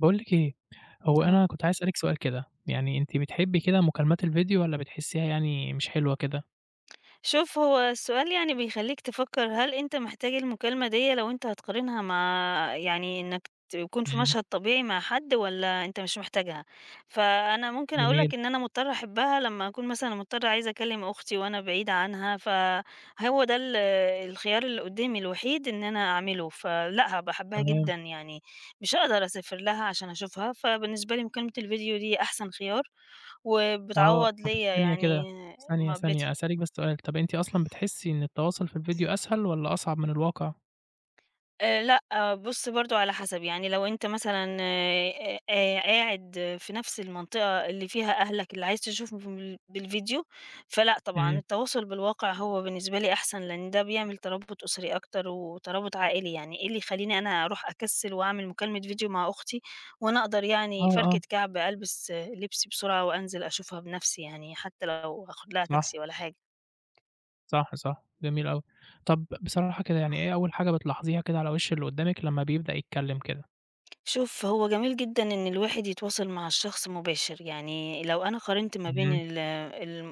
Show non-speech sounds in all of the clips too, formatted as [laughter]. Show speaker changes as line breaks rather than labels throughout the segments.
باقول لِك إيه، هو
آه.
أنا كنت عايز أسألِك سؤال كده، يعني أنتِ بتحبي كده مكالمات الفيديو والّا بتحسيها يعني مش حلوة كده؟
شوف هو السؤال يعني بيخلّيك تفكّر هل أنت محتاج المكالمة ديّة لو أنت هتقارنها مع يعني إنك تكون في
إمم،
مشهد طبيعي مع حد والّا أنت مش محتاجها؟ فأنا ممكن أقول
جميل،
لك إن أنا مضطرة أحبها لمّا أكون مثلًا مضطرة عايزة أكلّم أختي وأنا بعيدة عنها، فهو ده الخيار اللي قدّامي الوحيد إن أنا أعمله، فلأ هابقى حاباها
تمام،
جدًا يعني مش هاقدر أسافر لها عشان أشوفها، فبالنسبة لي مكالمة الفيديو دي أحسن خيار،
آه،
وبتعوّض
طب
ليّا
ثانية كده،
يعني
ثانية، ثانية،
مقابلتها.
أسألِك بس سؤال، طب أنتِ أصلًا بتحسي إن التواصل في الفيديو أسهل والّا أصعب من الواقع؟
لأ، آه، بُص برضه على حسب، يعني لو أنت مثلًا قاعد في نفس المنطقة اللي فيها أهلك اللي عايز تشوفهم بالفيديو، فلأ طبعًا
إمم،
التواصل بالواقع هو بالنسبة لي أحسن، لإن ده بيعمل ترابط أسري أكتر وترابط عائلي، يعني إيه اللي يخلّيني أنا أروح أكسّل وأعمل مكالمة فيديو مع أختي وأنا أقدر يعني
آه،
فركة
آه،
كعب ألبس لبسي بسرعة وأنزل أشوفها بنفسي يعني، حتى لو هاخد لها
صح،
تاكسي والّا حاجة.
صح، جميل أوي. طب بصراحة كده يعني إيه أول حاجة بتلاحظيها كده على وِش اللي قدّامِك لمّا بيبدأ يتكلم كده؟
شوف هو جميل جدًا إن الواحد يتواصل مع الشخص مباشر، يعني لو أنا قارنت ما بين
إمم،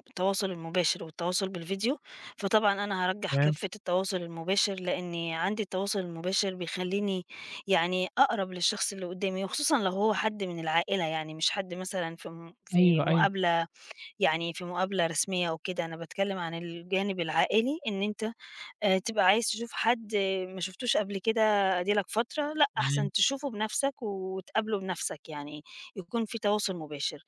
التواصل المباشر والتواصل بالفيديو، فطبعًا أنا هارجّح
تمام،
كفّة التواصل المباشر، لإني عندي التواصل المباشر بيخلّيني يعني أقرب للشخص اللي قدّامي، وخصوصًا لو هو حد من العائلة يعني مش حد مثلًا في
أيوه، أيوه،
مقابلة يعني في مقابلة رسمية أو كده، أنا باتكلّم عن الجانب العائلي إن أنت تبقى عايز تشوف حد ما شُفتوش قبل كده أدي لك فترة، لأ
إمم،
أحسن تشوفه بنَفْسك وتقابله بنَفْسك، يعني يكون في تواصل مباشر،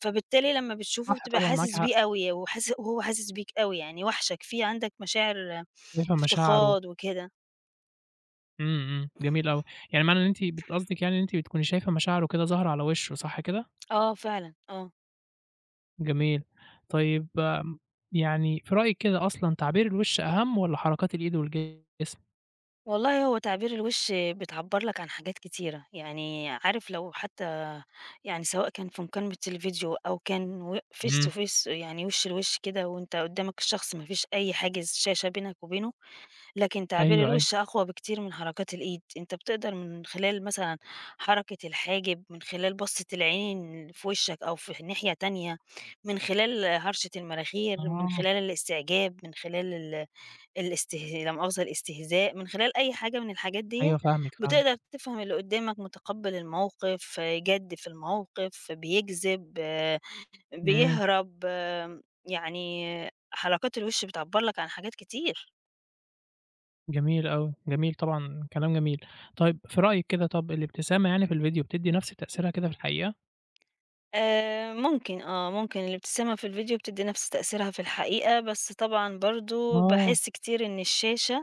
فبالتالي لمّا بتشوفه
صح
بتبقى
طبعًا معاكِ
حاسس
حق،
بيه أوي وحاس وهو حاسس بيك أوي، يعني واحشك، في عندك مشاعر
شايفة مشاعره.
افتقاد وكده.
إمم، إمم، جميل أوي، يعني معنى إن أنتِ قصدِك يعني إن أنتِ بتكوني شايفة مشاعره كده ظاهرة على وشه صح كده؟
آه فعلًا، آه.
جميل، طيب يعني في رأيِك كده أصلًا تعبير الوش أهم والّا حركات الإيد والجسم؟
والله هو تعبير الوِش بتعبّر لك عن حاجات كتيرة، يعني عارف لو حتى يعني سواء كان في مكالمة الفيديو أو كان و face to
إمم،
face يعني وِش لوِش كده وأنت قدّامك الشخص ما فيش أي حاجز شاشة بينك وبينه، لكن تعبير
أيوه، أيوه،
الوِش أقوى بكتير من حركات الإيد، أنت بتقدر من خلال مثلًا حركة الحاجب، من خلال بصّة العين في وشّك أو في ناحية تانية، من خلال هرشة المناخير، من
آه،
خلال الاستعجاب، من خلال ال الاسته لا مؤاخذة الاستهزاء، من خلال أي حاجة من الحاجات ديّة،
أيوه فاهمِك، فاهمِك،
بتقدر تفهم اللي قدّامك متقبّل الموقف، جَد في الموقف، بيكذب،
إمم،
بيهرب، يعني حركات الوِش بتعبّر لك عن حاجات كتير.
جميل أوي، جميل طبعًا كلام جميل، طيب في رأيِك كده طب الابتسامة يعني في الفيديو بتدّي نفس تأثيرها كده في الحقيقة؟
ممكن الابتسامة في الفيديو بتدّي نفس تأثيرها في الحقيقة، بس طبعًا برضه
آه،
باحس كتير إن الشاشة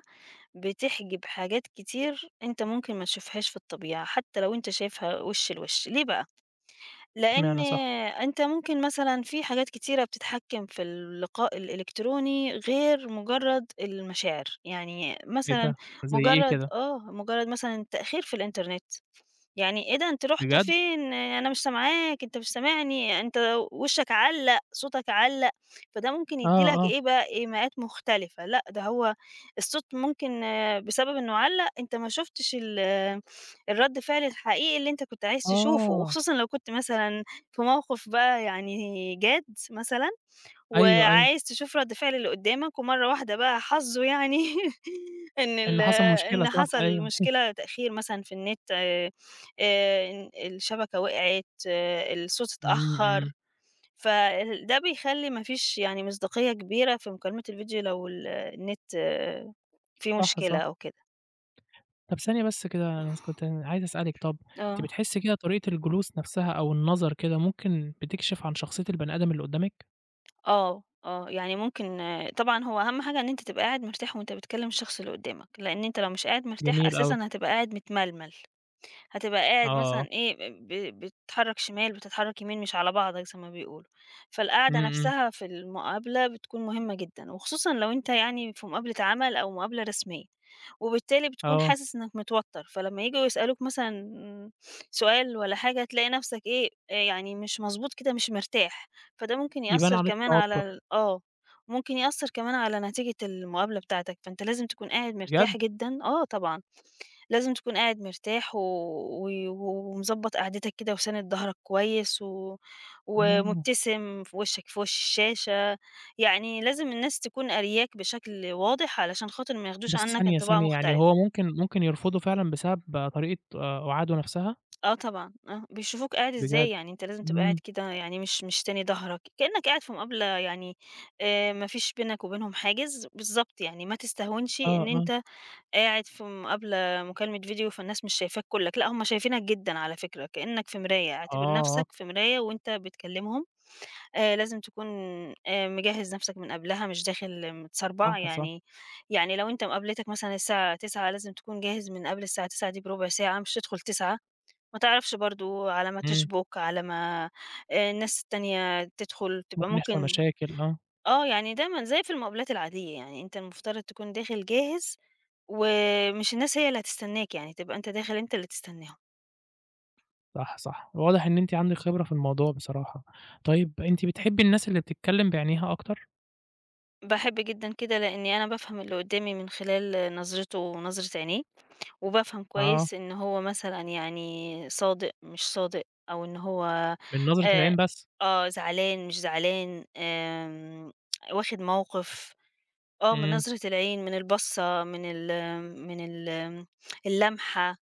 بتحجب حاجات كتير أنت ممكن ما تشوفهاش في الطبيعة، حتى لو أنت شايفها وِش لوِش، ليه بقى؟ لإن
اشمعنى صح؟
أنت ممكن مثلًا في حاجات كتيرة بتتحكم في اللقاء الإلكتروني غير مجرد المشاعر، يعني
إيه
مثلًا
ده، زي إيه
مجرد
كده؟
آه، مجرد مثلًا التأخير في الإنترنت. يعني إيه ده أنتِ رُحتِ
بجد؟
فين؟ أنا مش سامعاك، أنت مش سامعني، أنت وشّك علّق، صوتك علّق، فده ممكن يدّي
آه،
لك
آه،
إيه بقى، إيماءات مختلفة، لأ ده هو الصوت ممكن بسبب إنه علّق أنت ما شُفتش ال آه، الرَد فعل الحقيقي اللي أنت كنت عايز تشوفه،
آه،
وخصوصًا لو كنت مثلًا في موقف بقى يعني جاد مثلًا
أيوه، أيوه،
وعايز تشوف رد فعل اللي قدّامك، ومرّة واحدة بقى حظّه يعني [laughs] إن
إن حصل مشكلة
إن
صح،
حصل
أيوه.
مشكلة تأخير مثلًا في النت إن الشبكة وقعت، آه، الصوت
إمم،
اتأخّر،
إمم،
فده بيخلّي ما فيش يعني مصداقية كبيرة في مكالمة الفيديو لو النت فيه
صح،
مشكلة
صح.
أو كده.
طب ثانية بس كده أنا س كنت عايز أسألِك، طب أنتِ
آه،
بتحسّي كده طريقة الجلوس نفسها أو النظر كده ممكن بتكشف عن شخصية البني آدم اللي قدّامِك؟
آه، آه، يعني ممكن طبعًا هو أهم حاجة إن أنت تبقى قاعد مرتاح وأنت بتكلّم الشخص اللي قدّامك، لإن أنت لو مش قاعد مرتاح
جميل أوي،
أساسًا هتبقى قاعد متململ. هتبقى قاعد
آه،
مثلًا إيه، بتتحرّك شمال، بتتحرّك يمين، مش على بعضك زي ما بيقولوا.
إمم،
فالقعدة
إمم،
نفسها في المقابلة بتكون مهمة جدًا، وخصوصًا لو أنت يعني في مقابلة عمل أو مقابلة رسمية، وبالتالي بتكون
آه،
حاسس إنك متوتر، فلمّا ييجوا يسألوك مثلًا سؤال والّا حاجة، تلاقي نفسك إيه، يعني مش مضبوط كده، مش مرتاح، فده ممكن
يبان
يأثّر
عليه
كمان على
التوتر،
ال آه، ممكن يأثّر كمان على نتيجة المقابلة بتاعتك، فأنت لازم تكون قاعد
بجد!
مرتاح جدًا آه طبعًا. لازم تكون قاعد مرتاح و و ومضبّط قعدتك كده وساند ضهرك كويس و
آه،
ومبتسم في وشّك في وش الشاشة، يعني لازم الناس تكون قارياك بشكل واضح علشان خاطر ما ياخدوش
بس
عنّك
ثانية،
انطباع
ثانية، يعني
مختلف.
هو ممكن يرفضه فعلًا بسبب طريقة قعاده نفسها؟
آه طبعًا، آه، بيشوفوك قاعد
بجد!
إزاي، يعني أنت لازم تبقى قاعد
إمم،
كده يعني مش ساند ضهرك، كإنّك قاعد في مقابلة يعني ما فيش بينك وبينهم حاجز، بالضبط يعني ما تستهونش
آه،
إن
آه،
أنت قاعد في مقابلة مكالمة فيديو، فالناس مش شايفاك كلّك، لأ هُم شايفينك جدًا على فكرة، كإنّك في مراية،
آه،
اعتبر
آه،
نفْسك في مراية وأنت بتكلمهم، لازم تكون مجهّز نفْسك من قبلها، مش داخل متسربع،
صح، صح،
يعني يعني لو أنت مقابلتك مثلًا الساعة 09:00 لازم تكون جاهز من قبل الساعة 09:00 دي بربع ساعة، مش تدخل 09:00 ما تعرفش برضه على ما
إمم،
تشبُك، على ما الناس التانية تدخل، تبقى
ممكن يحصل
ممكن
مشاكل، آه.
يعني دايمًا زي في المقابلات العادية، يعني أنت المفترض تكون داخل جاهز، ومش الناس هي اللي هتستناك، يعني تبقى أنت داخل أنت اللي تستناهم.
صح، صح. واضح إن أنتِ عندِك خبرة في الموضوع بصراحة. طيب أنتِ بتحبّي الناس اللي بتتكلّم بعينيها أكتر؟
باحب جدًا كده لإني أنا بافهم اللي قدّامي من خلال نظرته ونظرة عينيه، وبافهم
آه،
كويس إن هو مثلًا يعني صادق، مش صادق، أو إن هو
من نظرة
آآ،
العين بس.
زعلان، مش زعلان، واخد موقف. آه، من
إمم،
نظرة العين، من البصّة، من ال من ال اللمحة،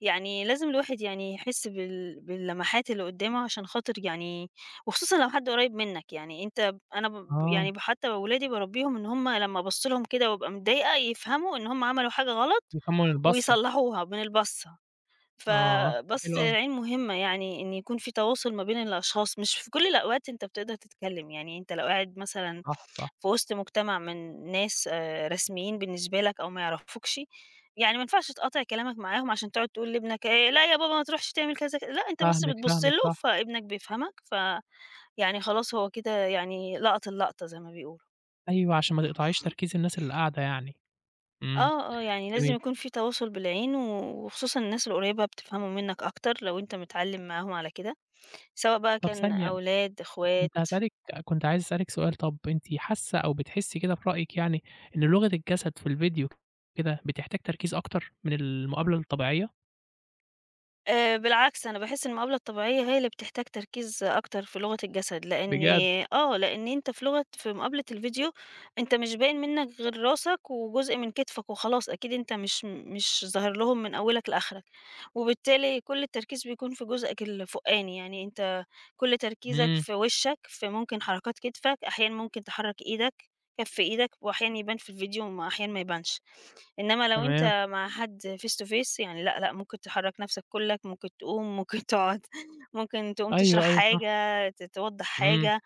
يعني لازم الواحد يعني يحس باللمحات اللي قدّامه عشان خاطر يعني وخصوصًا لو حد قريّب منّك، يعني أنت ب أنا ب
آه،
يعني ب حتى ولادي باربّيهم إن هُم لمّا أبُص لهم كده وابقى متضايقة يفهموا إن هُم عملوا حاجة غلط
بيفهموا من البَصّة.
ويصلّحوها من البصّة.
آه، حلو
فباسة
أوي.
العين مهمة يعني إن يكون في تواصل ما بين الأشخاص، مش في كل الأوقات أنت بتقدر تتكلم، يعني أنت لو قاعد مثلًا
صح، صح.
في وسط مجتمع من ناس رسميين بالنسبة لك أو ما يعرفوكش، يعني ما ينفعش تقاطع كلامك معاهم عشان تقعد تقول لابنك "لأ يا بابا ما تروحش تعمل كذا ك" لأ أنت بس
فاهمِك،
بتبُص
فاهمِك،
له
صح.
فابنك بيفهمك، فيعني خلاص هو كده يعني لقط اللقطة زي ما بيقولوا.
أيوه، عشان ما تقطعيش تركيز الناس اللي قاعدة يعني. إمم،
آه، آه، يعني لازم
جميل.
يكون في تواصل بالعين و وخصوصًا الناس القريبة بتفهموا منك أكتر لو أنت متعلم معاهم على كده. سواء بقى
طَب
كان
ثانية،
أولاد، إخوات
كنت هاسألِك كنت عايز أسألِك سؤال طَب أنتِ حاسّة أو بتحسّي كده في رأيِك يعني إن لغة الجسد في الفيديو كده بتحتاج تركيز أكتر من المقابلة الطبيعية؟
بالعكس أنا باحس إن المقابلة الطبيعية هي اللي بتحتاج تركيز أكتر في لغة الجسد، لإن
بجد!
لإن أنت في مقابلة الفيديو أنت مش باين منك غير راسك وجزء من كتفك وخلاص، أكيد أنت مش ظاهر لهم من أولك لآخرك، وبالتالي كل التركيز بيكون في جزءك الفوقاني، يعني أنت كل تركيزك
إمم،
في وشك، في ممكن حركات كتفك، أحيانًا ممكن تحرك إيدك، كف إيدك، وأحيانًا يبان في الفيديو وأحيانًا ما يبانش. إنما لو
تمام.
أنت مع حد face to face يعني لأ، لأ، ممكن تحرّك نَفْسك كُلّك، ممكن تقوم، ممكن تقعد، [laughs] ممكن تقوم تشرح
أيوه، أيوه،
حاجة،
صح.
توضّح
إمم،
حاجة،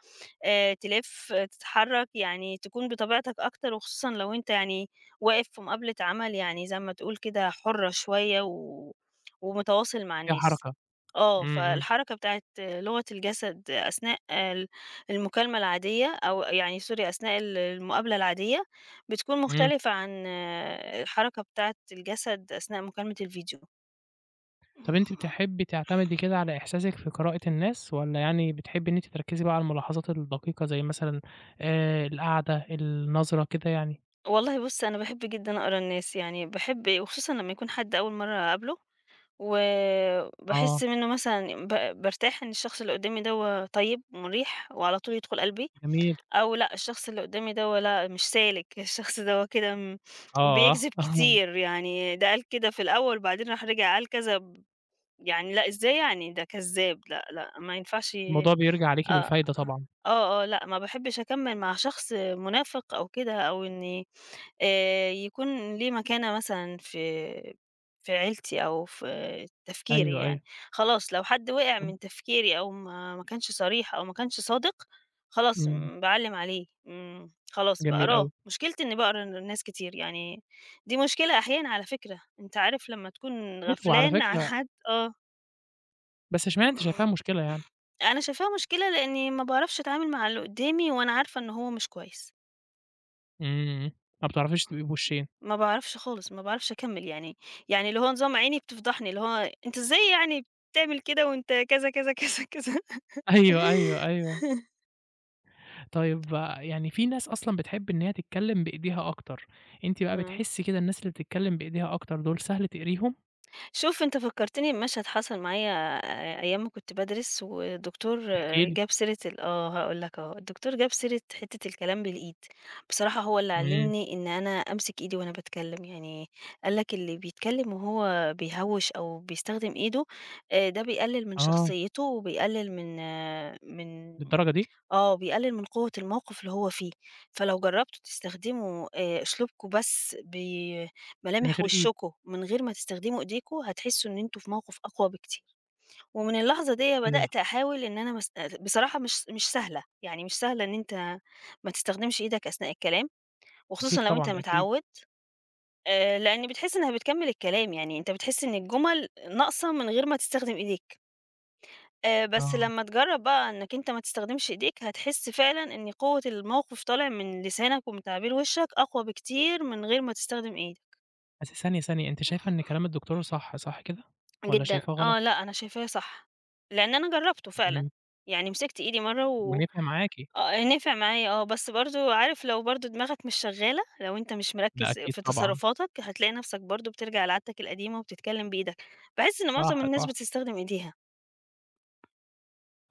تلِف، تتحرّك، يعني تكون بطبيعتك أكتر وخصوصًا لو أنت يعني واقف في مقابلة عمل يعني زي ما تقول كده حُرّة شوية و ومتواصل مع
فيها
الناس.
حركة، إمم، إمم،
فالحركة بتاعة لغة الجسد أثناء المكالمة العادية أو يعني sorry أثناء المقابلة العادية بتكون
إمم.
مختلفة عن الحركة بتاعة الجسد أثناء مكالمة الفيديو.
طَب أنتِ بتحبي تعتمدي كده على إحساسِك في قراءة الناس، والّا يعني بتحبي إن أنتِ تركّزي بقى على الملاحظات الدقيقة زي مثلًا القعدة، النظرة كده يعني؟
والله بُص، أنا باحب جدًا أقرا الناس، يعني باحب وخصوصًا لمّا يكون حد أول مرّة أقابله،
آه،
وباحس منّه مثلًا بارتاح إن الشخص اللي قدّامي دوّة طيب ومريح وعلى طول يدخل قلبي،
جميل،
أو لأ، الشخص اللي قدّامي دوّة لأ، مش سالك، [laughs] الشخص دوّة كده
آه،
بيكذب
[laughs]
كتير، يعني ده قال كده في الأول وبعدين راح رجع قال كذا، يعني لأ، إزاي يعني ده كذاب، لأ، لأ، ما ينفعش
الموضوع بيرجع عليكِ
آه،
بالفايدة طبعًا،
آه، آه، لأ، ما باحبش أكمّل مع شخص منافق أو كده، أو إني يكون ليه مكانة مثلًا في عيلتي أو في تفكيري
أيوه، أيوه،
يعني، خلاص لو حد وقع
طَب
من تفكيري أو ما كانش صريح أو ما كانش صادق، خلاص
إمم،
باعلّم عليه، خلاص
جميل
باقراه،
أوي،
مشكلتي إني باقرا الناس كتير، يعني دي مشكلة أحيانًا على فكرة، أنت عارف لمّا تكون
حلو على
غفلان عن
فكرة،
حد
بس اشمعنى أنتِ شايفاها
آه.
مشكلة يعني؟
أنا شايفاها مشكلة لإني ما باعرفش أتعامل مع اللي قدّامي وأنا عارفة إن هو مش كويس،
إمم، إمم، ما بتعرفيش تبقي بوشّين،
ما باعرفش خالص، ما باعرفش أكمّل يعني، يعني اللي هو نظام عيني بتفضحني، اللي هو أنت إزاي يعني بتعمل كده وأنت كذا، كذا، كذا، كذا.
أيوه، أيوه، أيوه.
[laughs]
طيب آه، يعني في ناس أصلًا بتحب إن هي تتكلم بإيديها أكتر، أنتِ بقى
آه.
بتحسي كده الناس اللي بتتكلم بإيديها أكتر دول سهل تقريهم؟
شوف أنت فكّرتني بمشهد حصل معايا أيام ما كنت بادرس، والدكتور
احكي لي.
جاب سيرة ال آه هاقول لك أهو، الدكتور جاب سيرة حتّة الكلام بالإيد، بصراحة هو اللي
إمم،
علّمني إن أنا أمسك إيدي وأنا باتكلّم، يعني قال لك اللي بيتكلّم وهو بيهوّش أو بيستخدم إيده ده بيقلّل من
آه،
شخصيته وبيقلّل من آه، من
للدرجة دي؟
آه، بيقلل من قوة الموقف اللي هو فيه، فلو جربتوا تستخدموا أسلوبكم بس
من
بملامح
غير إيد،
وشكم من غير ما تستخدموا إيديكم، هتحسوا إن أنتم في موقف أقوى بكتير، ومن اللحظة ديّة
إيه ده!
بدأت أحاول إن أنا مس آه، بصراحة مش سهلة، يعني مش سهلة إن أنت ما تستخدمش إيدك أثناء الكلام،
أكيد
وخصوصًا لو أنت
طبعًا، ده أكيد،
متعود لإن بتحس إنها بتكمل الكلام، يعني أنت بتحس إن الجمل ناقصة من غير ما تستخدم إيديك. بس
آه.
لمّا تجرّب بقى إنك أنت ما تستخدمش إيديك، هتحس فعلًا إن قوة الموقف طالع من لسانك ومن تعبير وشّك أقوى بكتير من غير ما تستخدم إيدك،
بس ثانية، ثانية، أنتِ شايفة إن كلام الدكتور صح، صح كده والّا
جدًا.
شايفاه غلط؟
آه، لأ، أنا شايفاه صح، لإن أنا جرّبته فعلًا،
إمم،
يعني مسكت إيدي مرّة
ونفع معاكِ،
آه، آه، نفع معايا آه، بس برضه عارف لو برضه دماغك مش شغّالة، لو أنت مش
ده
مركّز
أكيد
في
طبعًا،
تصرفاتك، هتلاقي نفْسك برضه بترجع لعادتك القديمة وبتتكلم بإيدك. باحس إن
صح،
معظم الناس
صح،
بتستخدم إيديها.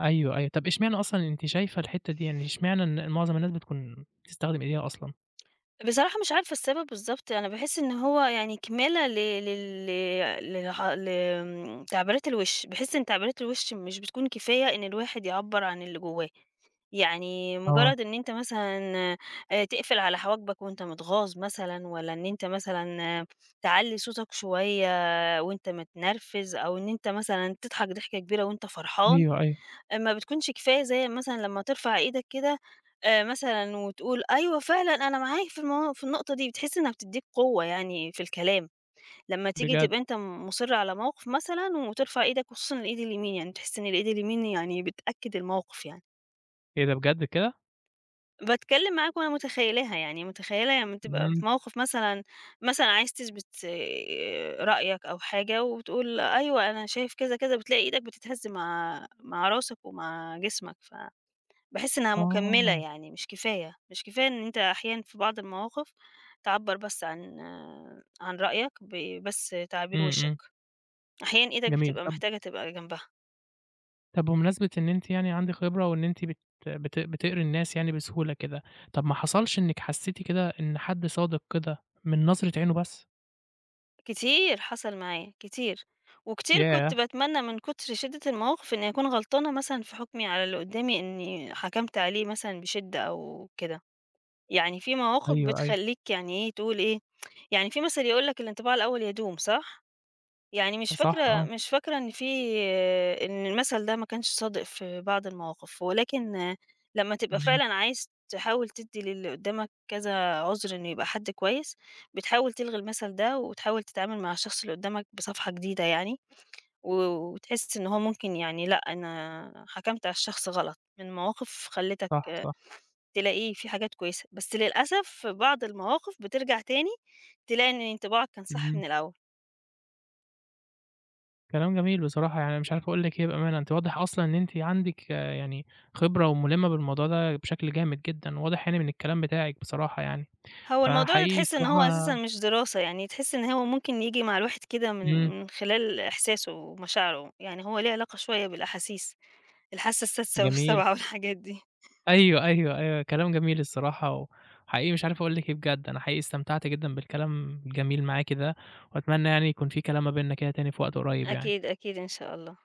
أيوه، أيوه. طب إشمعنى أصلًا أنتِ شايفة الحتة دي يعني، إشمعنى إن معظم الناس بتكون بتستخدم إيديها أصلًا؟
بصراحة مش عارفة السبب بالضبط، أنا باحس إن هو يعني كمالة ل لل للح ل آمم، تعبيرات الوِش، باحس إن تعبيرات الوِش مش بتكون كفاية إن الواحد يعبّر عن اللي جواه، يعني
آه،
مجرد إن أنت مثلًا تقفل على حواجبك وأنت متغاظ مثلًا، والّا إن أنت مثلًا تعلّي صوتك شوية وأنت متنرفز، أو إن أنت مثلًا تضحك ضحكة كبيرة وأنت فرحان.
أيوه، أيوه،
ما بتكونش كفاية زي مثلًا لمّا ترفع إيدك كده مثلًا وتقول أيوه فعلًا أنا معاك في النقطة دي، بتحس إنها بتدّيك قوة يعني في الكلام، لمّا تيجي
بجد،
تبقى أنت مُصِر على موقف مثلًا وترفع إيدك وخصوصًا الإيد اليمين، يعني بتحس إن الإيد اليمين يعني بتأكد الموقف يعني.
إيه ده بجد كده!
باتكلم معاك وأنا متخيلاها يعني، متخيلة لمّا تبقى
إمم.
في موقف مثلًا مثلًا عايز تثبت رأيك أو حاجة وبتقول أيوه أنا شايف كذا، كذا، بتلاقي إيدك بتتهز مع راسك ومع جسمك باحس إنها مكمّلة
آه،
يعني مش كفاية، مش كفاية إن أنت أحيانًا في بعض المواقف تعبّر بس عن عن رأيك بس تعابير
إمم،
وشّك،
إمم،
أحيانًا إيدك
جميل.
بتبقى
طَب
محتاجة تبقى جنبها،
طَب بمناسبة إن أنتِ يعني عندِك خبرة وإن أنتِ بت بت بتقري الناس يعني بسهولة كده، طَب ما حصلش إنِّك حسّيتِ كده إن حد صادق كده من نظرة عينه بس؟
كتير حصل معايا كتير، وكتير كنت
ياه!
باتمنى من كتر شِدّة المواقف إني أكون غلطانة مثلًا في حكمي على اللي قدّامي إني حكمت عليه مثلًا بشِدّة أو كده، يعني في مواقف
أيوه، أيوه،
بتخلّيك يعني إيه تقول إيه، يعني في مثل يقول لك الانطباع الأول يدوم صح؟ يعني مش
صح
فاكرة
آه،
مش فاكرة إن في إن المثل ده ما كانش صادق في بعض المواقف، ولكن لمّا تبقى
إمم،
فعلًا عايز تحاول تدّي للي قدّامك كذا عُذر إنه يبقى حد كويس، بتحاول تلغي المثل ده وتحاول تتعامل مع الشخص اللي قدّامك بصفحة جديدة يعني، و وتحس إن هو ممكن يعني لأ، أنا حكمت على الشخص غلط، من مواقف خلّتك
صح، صح،
تلاقي في حاجات كويسة، بس للأسف في بعض المواقف بترجع تاني تلاقي إن انطباعك كان صح
إمم،
من الأول.
كلام جميل بصراحة، يعني أنا مش عارف أقول لِك إيه بأمانة، أنتِ واضح أصلًا إن أنتِ عندِك يعني خبرة ومُلِّمة بالموضوع ده بشكل جامد جدًا، واضح يعني من الكلام بتاعِك بصراحة يعني،
هو الموضوع ده
فحقيقي
تحس إن هو أساسًا
الصراحة
مش دراسة، يعني تحس إن هو ممكن ييجي مع الواحد كده من
إمم،
من خلال إحساسه ومشاعره، يعني هو ليه علاقة شوية بالأحاسيس، الحاسة السادسة
جميل.
والسابعة والحاجات دي.
أيوه، أيوه، أيوه، كلام جميل الصراحة، وحقيقي مش عارف أقول لِك إيه بجد، أنا حقيقي استمتعت جدًا بالكلام الجميل معاكِ ده، وأتمنى يعني يكون في كلام ما بيننا كده تاني في وقت قريب
أكيد،
يعني.
أكيد إن شاء الله.